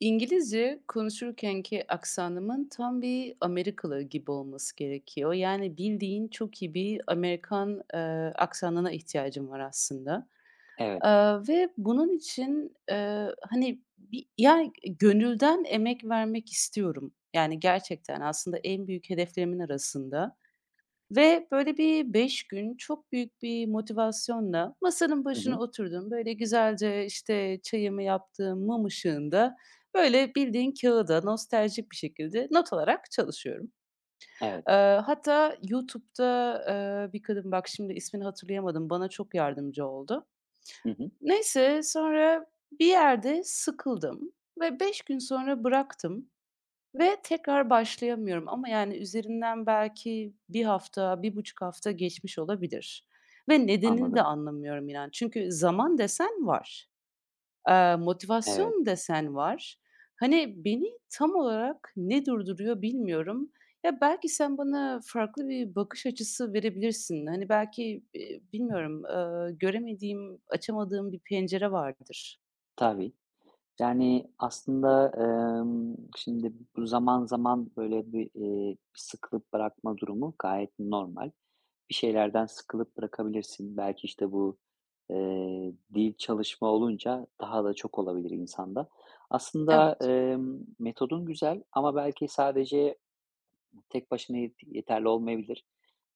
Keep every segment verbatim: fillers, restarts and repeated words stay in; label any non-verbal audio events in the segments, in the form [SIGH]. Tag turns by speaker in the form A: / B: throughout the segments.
A: İngilizce konuşurkenki aksanımın tam bir Amerikalı gibi olması gerekiyor. Yani, bildiğin çok iyi bir Amerikan, eee, aksanına ihtiyacım var aslında,
B: Evet.
A: aaa, ve bunun için, eee, hani, bir yani, gönülden emek vermek istiyorum. Yani, gerçekten aslında en büyük hedeflerimin arasında. Ve böyle bir beş gün çok büyük bir motivasyonla masanın
B: Hı
A: başına
B: hı.
A: oturdum. Böyle güzelce, işte, çayımı yaptığım mum ışığında, böyle, bildiğin kağıda nostaljik bir şekilde not alarak çalışıyorum.
B: Evet.
A: Eee, hatta YouTube'da, eee, bir kadın, bak şimdi ismini hatırlayamadım, bana çok yardımcı oldu.
B: Hı hı.
A: Neyse, sonra bir yerde sıkıldım ve beş gün sonra bıraktım. Ve tekrar başlayamıyorum ama yani üzerinden belki bir hafta, bir buçuk hafta geçmiş olabilir ve nedenini de
B: Anladım.
A: anlamıyorum inan. Çünkü zaman desen var, eee,
B: Evet,
A: motivasyon desen var. Hani, beni tam olarak ne durduruyor bilmiyorum. Ya, belki sen bana farklı bir bakış açısı verebilirsin. Hani, belki, eee, bilmiyorum, eee, göremediğim, açamadığım bir pencere vardır.
B: tabii. Yani, aslında, emm, şimdi bu zaman zaman böyle bir, eee, sıkılıp bırakma durumu gayet normal. Bir şeylerden sıkılıp bırakabilirsin. Belki, işte, bu, eee, dil çalışma olunca daha da çok olabilir insanda. Aslında,
A: Evet.
B: emm, metodun güzel ama belki sadece tek başına yet yeterli olmayabilir.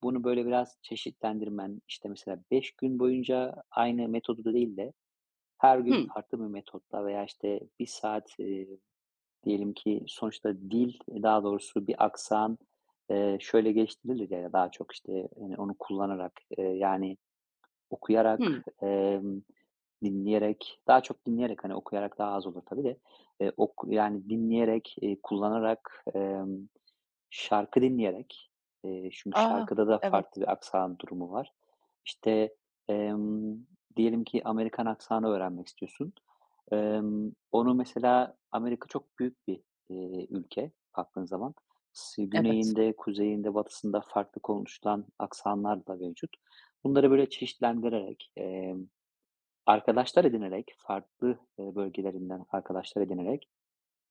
B: Bunu böyle biraz çeşitlendirmen, işte, mesela beş gün boyunca aynı metodu da değil de her gün
A: Hı,
B: farklı bir metotla veya, işte, bir saat, eee, diyelim ki sonuçta dil, e, daha doğrusu bir aksan, eee, şöyle geliştirilir ya daha çok, işte, hani, onu kullanarak, eee, yani
A: hı.
B: okuyarak, emm, dinleyerek, daha çok dinleyerek, hani, okuyarak daha az olur tabii de, eee, ok yani dinleyerek, eee, kullanarak, emm şarkı dinleyerek, eee, çünkü
A: Ah,
B: şarkıda da
A: evet,
B: farklı bir aksan durumu var. İşte, emm, diyelim ki Amerikan aksanı öğrenmek istiyorsun. Emm, onu mesela Amerika çok büyük bir, eee, ülke baktığın zaman. S
A: evet.
B: güneyinde, kuzeyinde, batısında farklı konuşulan aksanlar da mevcut. Bunları böyle çeşitlendirerek, emm, arkadaşlar edinerek, farklı, eee, bölgelerinden arkadaşlar edinerek.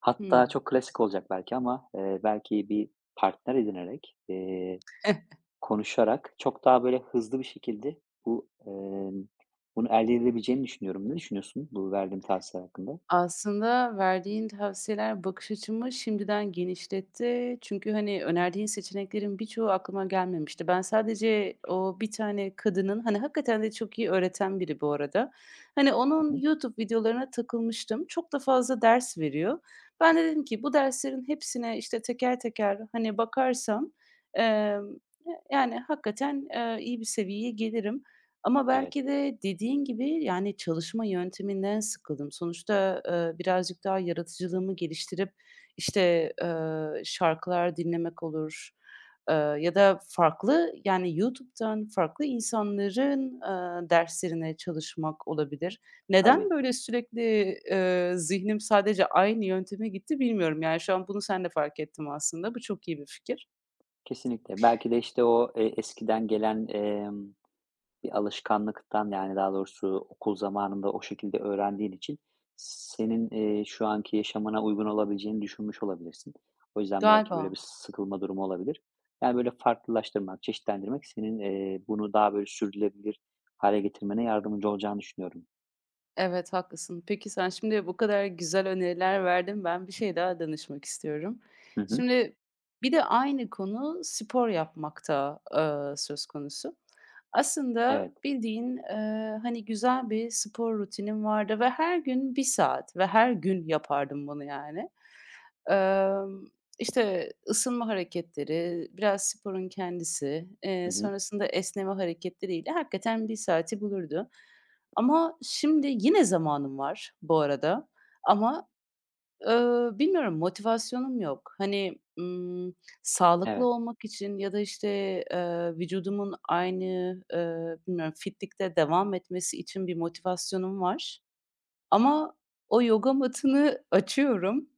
B: Hatta
A: Hımm.
B: çok klasik olacak belki ama, eee, belki bir partner edinerek, eee,
A: [LAUGHS]
B: konuşarak çok daha böyle hızlı bir şekilde bu, emm, bunu elde edilebileceğini düşünüyorum. Ne düşünüyorsun bu verdiğim tavsiye hakkında?
A: Aslında verdiğin tavsiyeler bakış açımı şimdiden genişletti. Çünkü, hani, önerdiğin seçeneklerin birçoğu aklıma gelmemişti. Ben sadece o bir tane kadının, hani, hakikaten de çok iyi öğreten biri bu arada. Hani,
B: Hı
A: onun
B: hı.
A: YouTube videolarına takılmıştım. Çok da fazla ders veriyor. Ben de dedim ki bu derslerin hepsine, işte, teker teker, hani, bakarsam, emm, e, yani, hakikaten, eee, iyi bir seviyeye gelirim. Ama
B: Evet,
A: belki de dediğin gibi, yani, çalışma yönteminden sıkıldım. Sonuçta, eee, birazcık daha yaratıcılığımı geliştirip, işte, eee, şarkılar dinlemek olur, eee, ya da farklı, yani, YouTube'dan farklı insanların, eee, derslerine çalışmak olabilir. Neden
B: tabii,
A: böyle sürekli, eee, zihnim sadece aynı yönteme gitti bilmiyorum. Yani, şu an bunu sen de fark ettim aslında. Bu çok iyi bir fikir.
B: kesinlikle. Belki de, işte, o, eee, eskiden gelen, emm bir alışkanlıktan, yani, daha doğrusu okul zamanında o şekilde öğrendiğin için senin, eee, şu anki yaşamına uygun olabileceğini düşünmüş olabilirsin. O yüzden belki böyle
A: Galiba.
B: bir sıkılma durumu olabilir. Yani, böyle farklılaştırmak, çeşitlendirmek senin, eee, bunu daha böyle sürdürülebilir hale getirmene yardımcı olacağını düşünüyorum.
A: Evet, haklısın. Peki sen şimdi bu kadar güzel öneriler verdin. Ben bir şey daha danışmak istiyorum.
B: Hı hı.
A: Şimdi bir de aynı konu spor yapmakta eee, söz konusu. Aslında
B: Evet.
A: bildiğin eee, hani güzel bir spor rutinim vardı ve her gün bir saat ve her gün yapardım bunu yani. Eee, işte ısınma hareketleri, biraz sporun kendisi, eee,
B: Hı hı.
A: sonrasında esneme hareketleriyle hakikaten bir saati bulurdu. Ama şimdi yine zamanım var bu arada ama, ııı, bilmiyorum motivasyonum yok. Hani, ımm, sağlıklı
B: Evet.
A: olmak için ya da, işte, eee, vücudumun aynı, eee, bilmiyorum fitlikte devam etmesi için bir motivasyonum var ama o yoga matını açıyorum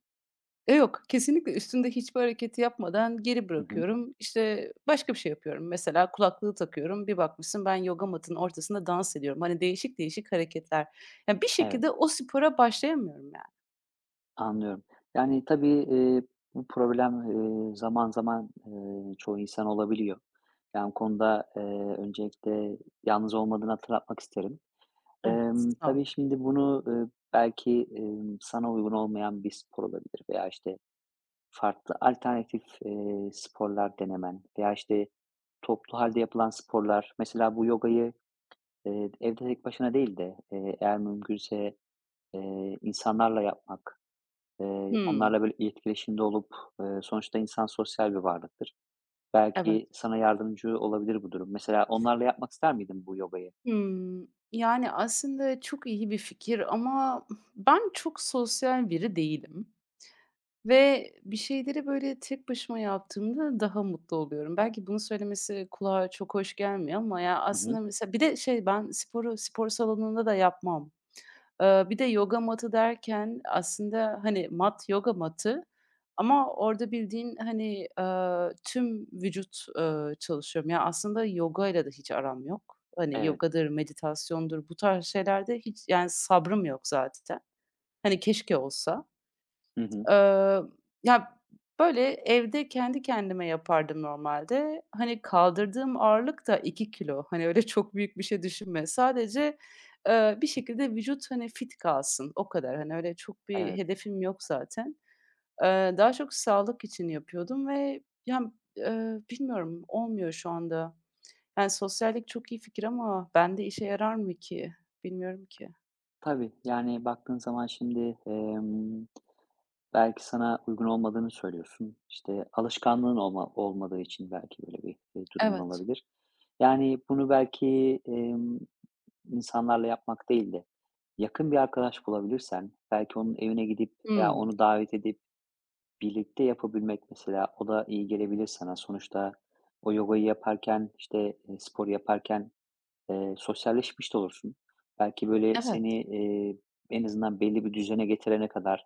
A: e, yok, kesinlikle üstünde hiçbir hareketi yapmadan geri
B: Hı hı.
A: bırakıyorum. İşte, başka bir şey yapıyorum. Mesela kulaklığı takıyorum. Bir bakmışsın ben yoga matının ortasında dans ediyorum. Hani, değişik değişik hareketler. Yani bir
B: Evet.
A: şekilde o spora başlayamıyorum yani.
B: Anlıyorum. Yani, tabii, eee, bu problem, eee, zaman zaman, eee, çoğu insan olabiliyor. Yani, bu konuda, eee, öncelikle yalnız olmadığını hatırlatmak isterim.
A: Hıh,
B: Emm,
A: sağ ol.
B: tabii şimdi bunu, eee, belki, emm, sana uygun olmayan bir spor olabilir veya, işte, farklı alternatif, eee, sporlar denemen veya, işte, toplu halde yapılan sporlar. Mesela bu yogayı, eee, evde tek başına değil de, eee, eğer mümkünse, eee, insanlarla yapmak. Eee,
A: Hımm,
B: onlarla böyle etkileşimde olup, eee, sonuçta insan sosyal bir varlıktır.
A: evet.
B: Belki sana yardımcı olabilir bu durum. Mesela onlarla yapmak ister miydin bu yogayı?
A: Hımm, yani, aslında çok iyi bir fikir ama ben çok sosyal biri değilim. Ve bir şeyleri, böyle, tek başıma yaptığımda daha mutlu oluyorum. Belki bunu söylemesi kulağa çok hoş gelmiyor ama ya,
B: Hı hı.
A: aslında mesela bir de şey, ben sporu spor salonunda da yapmam. Eee, bir de yoga matı derken aslında, hani, mat yoga matı ama orada bildiğin, hani, eee, tüm vücut, eee, çalışıyorum. Ya, aslında yoga ile de hiç aram yok. Hani,
B: Evet.
A: yogadır, meditasyondur, bu tarz şeylerde hiç, yani, sabrım yok zaten. Hani, keşke olsa.
B: Hı hı.
A: Emm, Ya, böyle, evde kendi kendime yapardım normalde. Hani, kaldırdığım ağırlık da iki kilo. Hani, öyle [LAUGHS] çok büyük bir şey düşünme. Sadece, eee, bir şekilde vücut, hani, fit kalsın, o kadar. Hani, öyle çok bir
B: Evet.
A: hedefim yok zaten. Eee, daha çok sağlık için yapıyordum ve ya, eee, bilmiyorum, olmuyor şu anda. Yani, sosyallik çok iyi fikir ama bende işe yarar mı ki? Bilmiyorum ki.
B: Tabii, yani, baktığın zaman şimdi, emm, belki sana uygun olmadığını söylüyorsun. İşte, alışkanlığın olma olmadığı için belki böyle bir, eee, durumun
A: Evet.
B: olabilir. Yani, bunu belki, emm, insanlarla yapmak değil de yakın bir arkadaş bulabilirsen belki onun evine gidip veya
A: Hımm.
B: onu davet edip Birlikte yapabilmek mesela, o da iyi gelebilir sana. Sonuçta o yogayı yaparken, işte, eee, spor yaparken, eee, sosyalleşmiş de olursun. Belki böyle
A: Evet,
B: seni, eee, en azından belli bir düzene getirene kadar,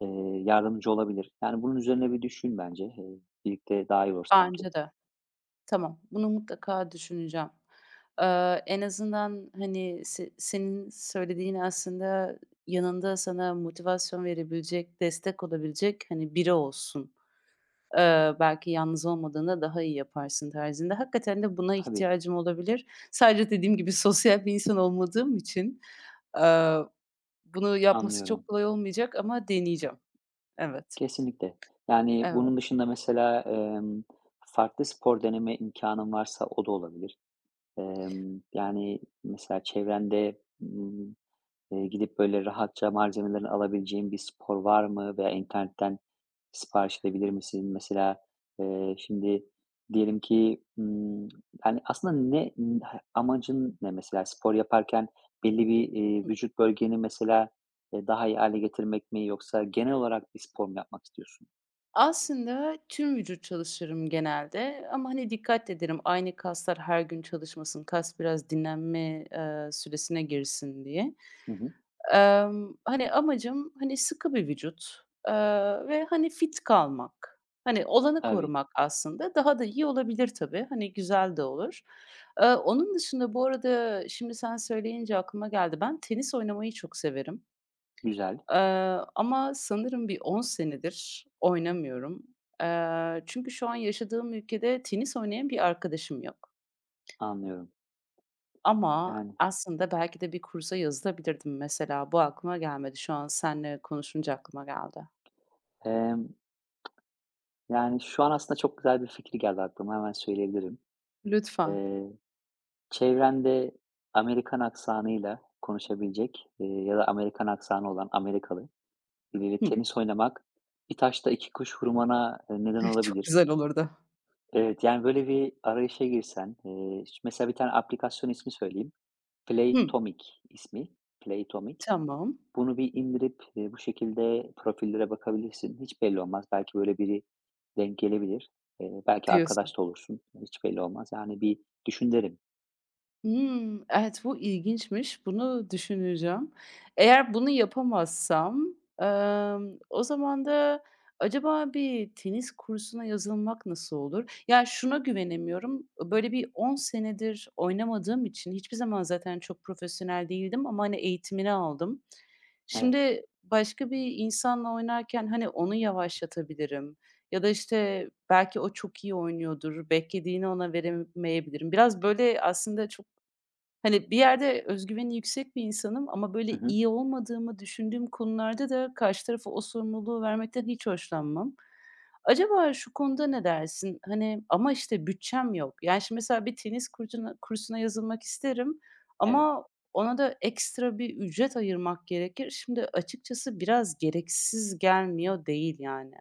B: eee, yardımcı olabilir. Yani bunun üzerine bir düşün bence. Eee, birlikte daha iyi olur sanki.
A: bence de. Tamam, bunu mutlaka düşüneceğim. Eee, en azından, hani, se senin söylediğin aslında yanında sana motivasyon verebilecek, destek olabilecek, hani, biri olsun. Eee, belki yalnız olmadığında daha iyi yaparsın tarzında. Hakikaten de buna
B: Tabii,
A: ihtiyacım olabilir. Sadece dediğim gibi [LAUGHS] sosyal bir insan olmadığım için, eee, bunu yapması
B: anlıyorum.
A: çok kolay olmayacak ama deneyeceğim. Evet,
B: Kesinlikle. Yani bunun
A: evet.
B: dışında mesela, emm, farklı spor deneme imkanın varsa o da olabilir. Emm, yani mesela çevrende, ımm Eee, gidip böyle rahatça malzemelerini alabileceğim bir spor var mı veya internetten sipariş edebilir misin? Mesela, eee, şimdi diyelim ki, ımm, yani, aslında ne amacın ne mesela? Spor yaparken belli bir, eee, vücut bölgeni mesela, eee, daha iyi hâle getirmek mi yoksa genel olarak bir spor mu yapmak istiyorsun?
A: Aslında tüm vücut çalışırım genelde ama, hani, dikkat ederim aynı kaslar her gün çalışmasın, kas biraz dinlenme, eee, süresine girsin diye.
B: Hı hı.
A: Emm, hani, amacım, hani, sıkı bir vücut, eee, ve, hani, fit kalmak. Hani, olanı
B: Tabii.
A: korumak aslında. Daha da iyi olabilir tabii. Hani, güzel de olur. Eee, onun dışında bu arada şimdi sen söyleyince aklıma geldi. Ben tenis oynamayı çok severim.
B: Güzel.
A: Eee, ama sanırım bir on senedir oynamıyorum. Eee, çünkü şu an yaşadığım ülkede tenis oynayan bir arkadaşım yok.
B: Anlıyorum.
A: Ama
B: Yani,
A: aslında belki de bir kursa yazılabilirdim mesela. Bu aklıma gelmedi. Şu an seninle konuşunca aklıma geldi.
B: emm, yani, şu an aslında çok güzel bir fikir geldi aklıma. Hemen söyleyebilirim.
A: Lütfen.
B: Çevrende Amerikan aksanıyla konuşabilecek, eee, ya da Amerikan aksanı olan Amerikalı biriyle
A: Hıh.
B: tenis oynamak bir taşla iki kuş vurmana, eee, neden
A: [LAUGHS] Çok
B: olabilir.
A: güzel olurdu.
B: Evet, yani, böyle bir arayışa girsen, eee, ş mesela bir tane aplikasyon ismi söyleyeyim.
A: Hıh.
B: Playtomic ismi. Playtomic.
A: Tamam.
B: Bunu bir indirip, eee, bu şekilde profillere bakabilirsin. Hiç belli olmaz. Belki böyle biri denk gelebilir. Eee, belki
A: Diyorsun.
B: arkadaş da olursun. Hiç belli olmaz. Yani, bir düşün derim.
A: Hmm, evet, bu ilginçmiş. Bunu düşüneceğim. Eğer bunu yapamazsam, emm, o zaman da acaba bir tenis kursuna yazılmak nasıl olur? Ya, şuna güvenemiyorum, böyle, bir on senedir oynamadığım için hiçbir zaman zaten çok profesyonel değildim ama, hani, eğitimini aldım.
B: Evet.
A: Şimdi başka bir insanla oynarken, hani, onu yavaşlatabilirim ya da, işte, belki o çok iyi oynuyordur, beklediğini ona veremeyebilirim. Biraz, böyle, aslında çok... Hani, bir yerde öz yüksek bir insanım ama, böyle,
B: Hı hı.
A: iyi olmadığımı düşündüğüm konularda da karşı tarafa o sorumluluğu vermekten hiç hoşlanmam. Acaba şu konuda ne dersin? Hani, ama, işte, bütçem yok. Yani, şimdi mesela bir tenis kursuna kursuna yazılmak isterim
B: Evet.
A: ama ona da ekstra bir ücret ayırmak gerekir. Şimdi açıkçası biraz gereksiz gelmiyor değil, yani.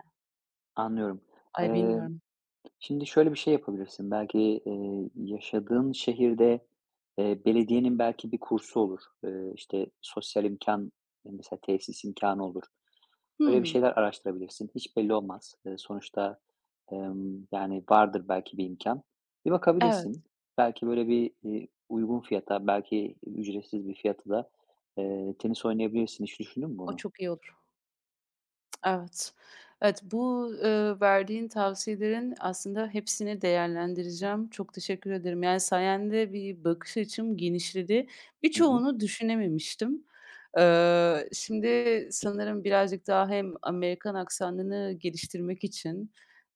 B: Anlıyorum.
A: Ay,
B: Eee,
A: bilmiyorum.
B: Şimdi şöyle bir şey yapabilirsin. Belki, eee, yaşadığın şehirde, eee, belediyenin belki bir kursu olur. Eee, işte, sosyal imkan, mesela tesis imkânı olur. Böyle bir
A: Hımm.
B: şeyler araştırabilirsin. Hiç belli olmaz. Eee, sonuçta, emm, yani, vardır belki bir imkan. Bir
A: Evet,
B: bakabilirsin. Belki böyle bir, eee, uygun fiyata, belki ücretsiz bir fiyata da, eee, tenis oynayabilirsin. Hiç düşündün mü
A: o
B: bunu?
A: çok iyi olur. Evet. Evet, bu, eee, verdiğin tavsiyelerin aslında hepsini değerlendireceğim. Çok teşekkür ederim. Yani sayende bir bakış açım genişledi.
B: Hı hı.
A: Birçoğunu düşünememiştim. Eee, şimdi sanırım birazcık daha hem Amerikan aksanını geliştirmek için,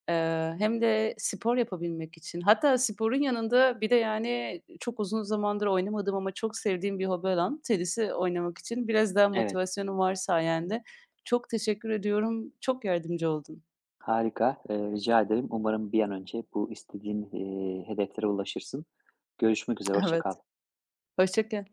A: eee, hem de spor yapabilmek için hatta sporun yanında bir de, yani, çok uzun zamandır oynamadığım ama çok sevdiğim bir hobi olan tenisi oynamak için biraz daha
B: Evet.
A: motivasyonum var sayende. Çok teşekkür ediyorum. Çok yardımcı oldun.
B: Harika, eee, rica ederim. Umarım bir an önce bu istediğin, eee, hedeflere ulaşırsın. Görüşmek üzere, hoşça
A: Evet.
B: kal.
A: Hoşça kal.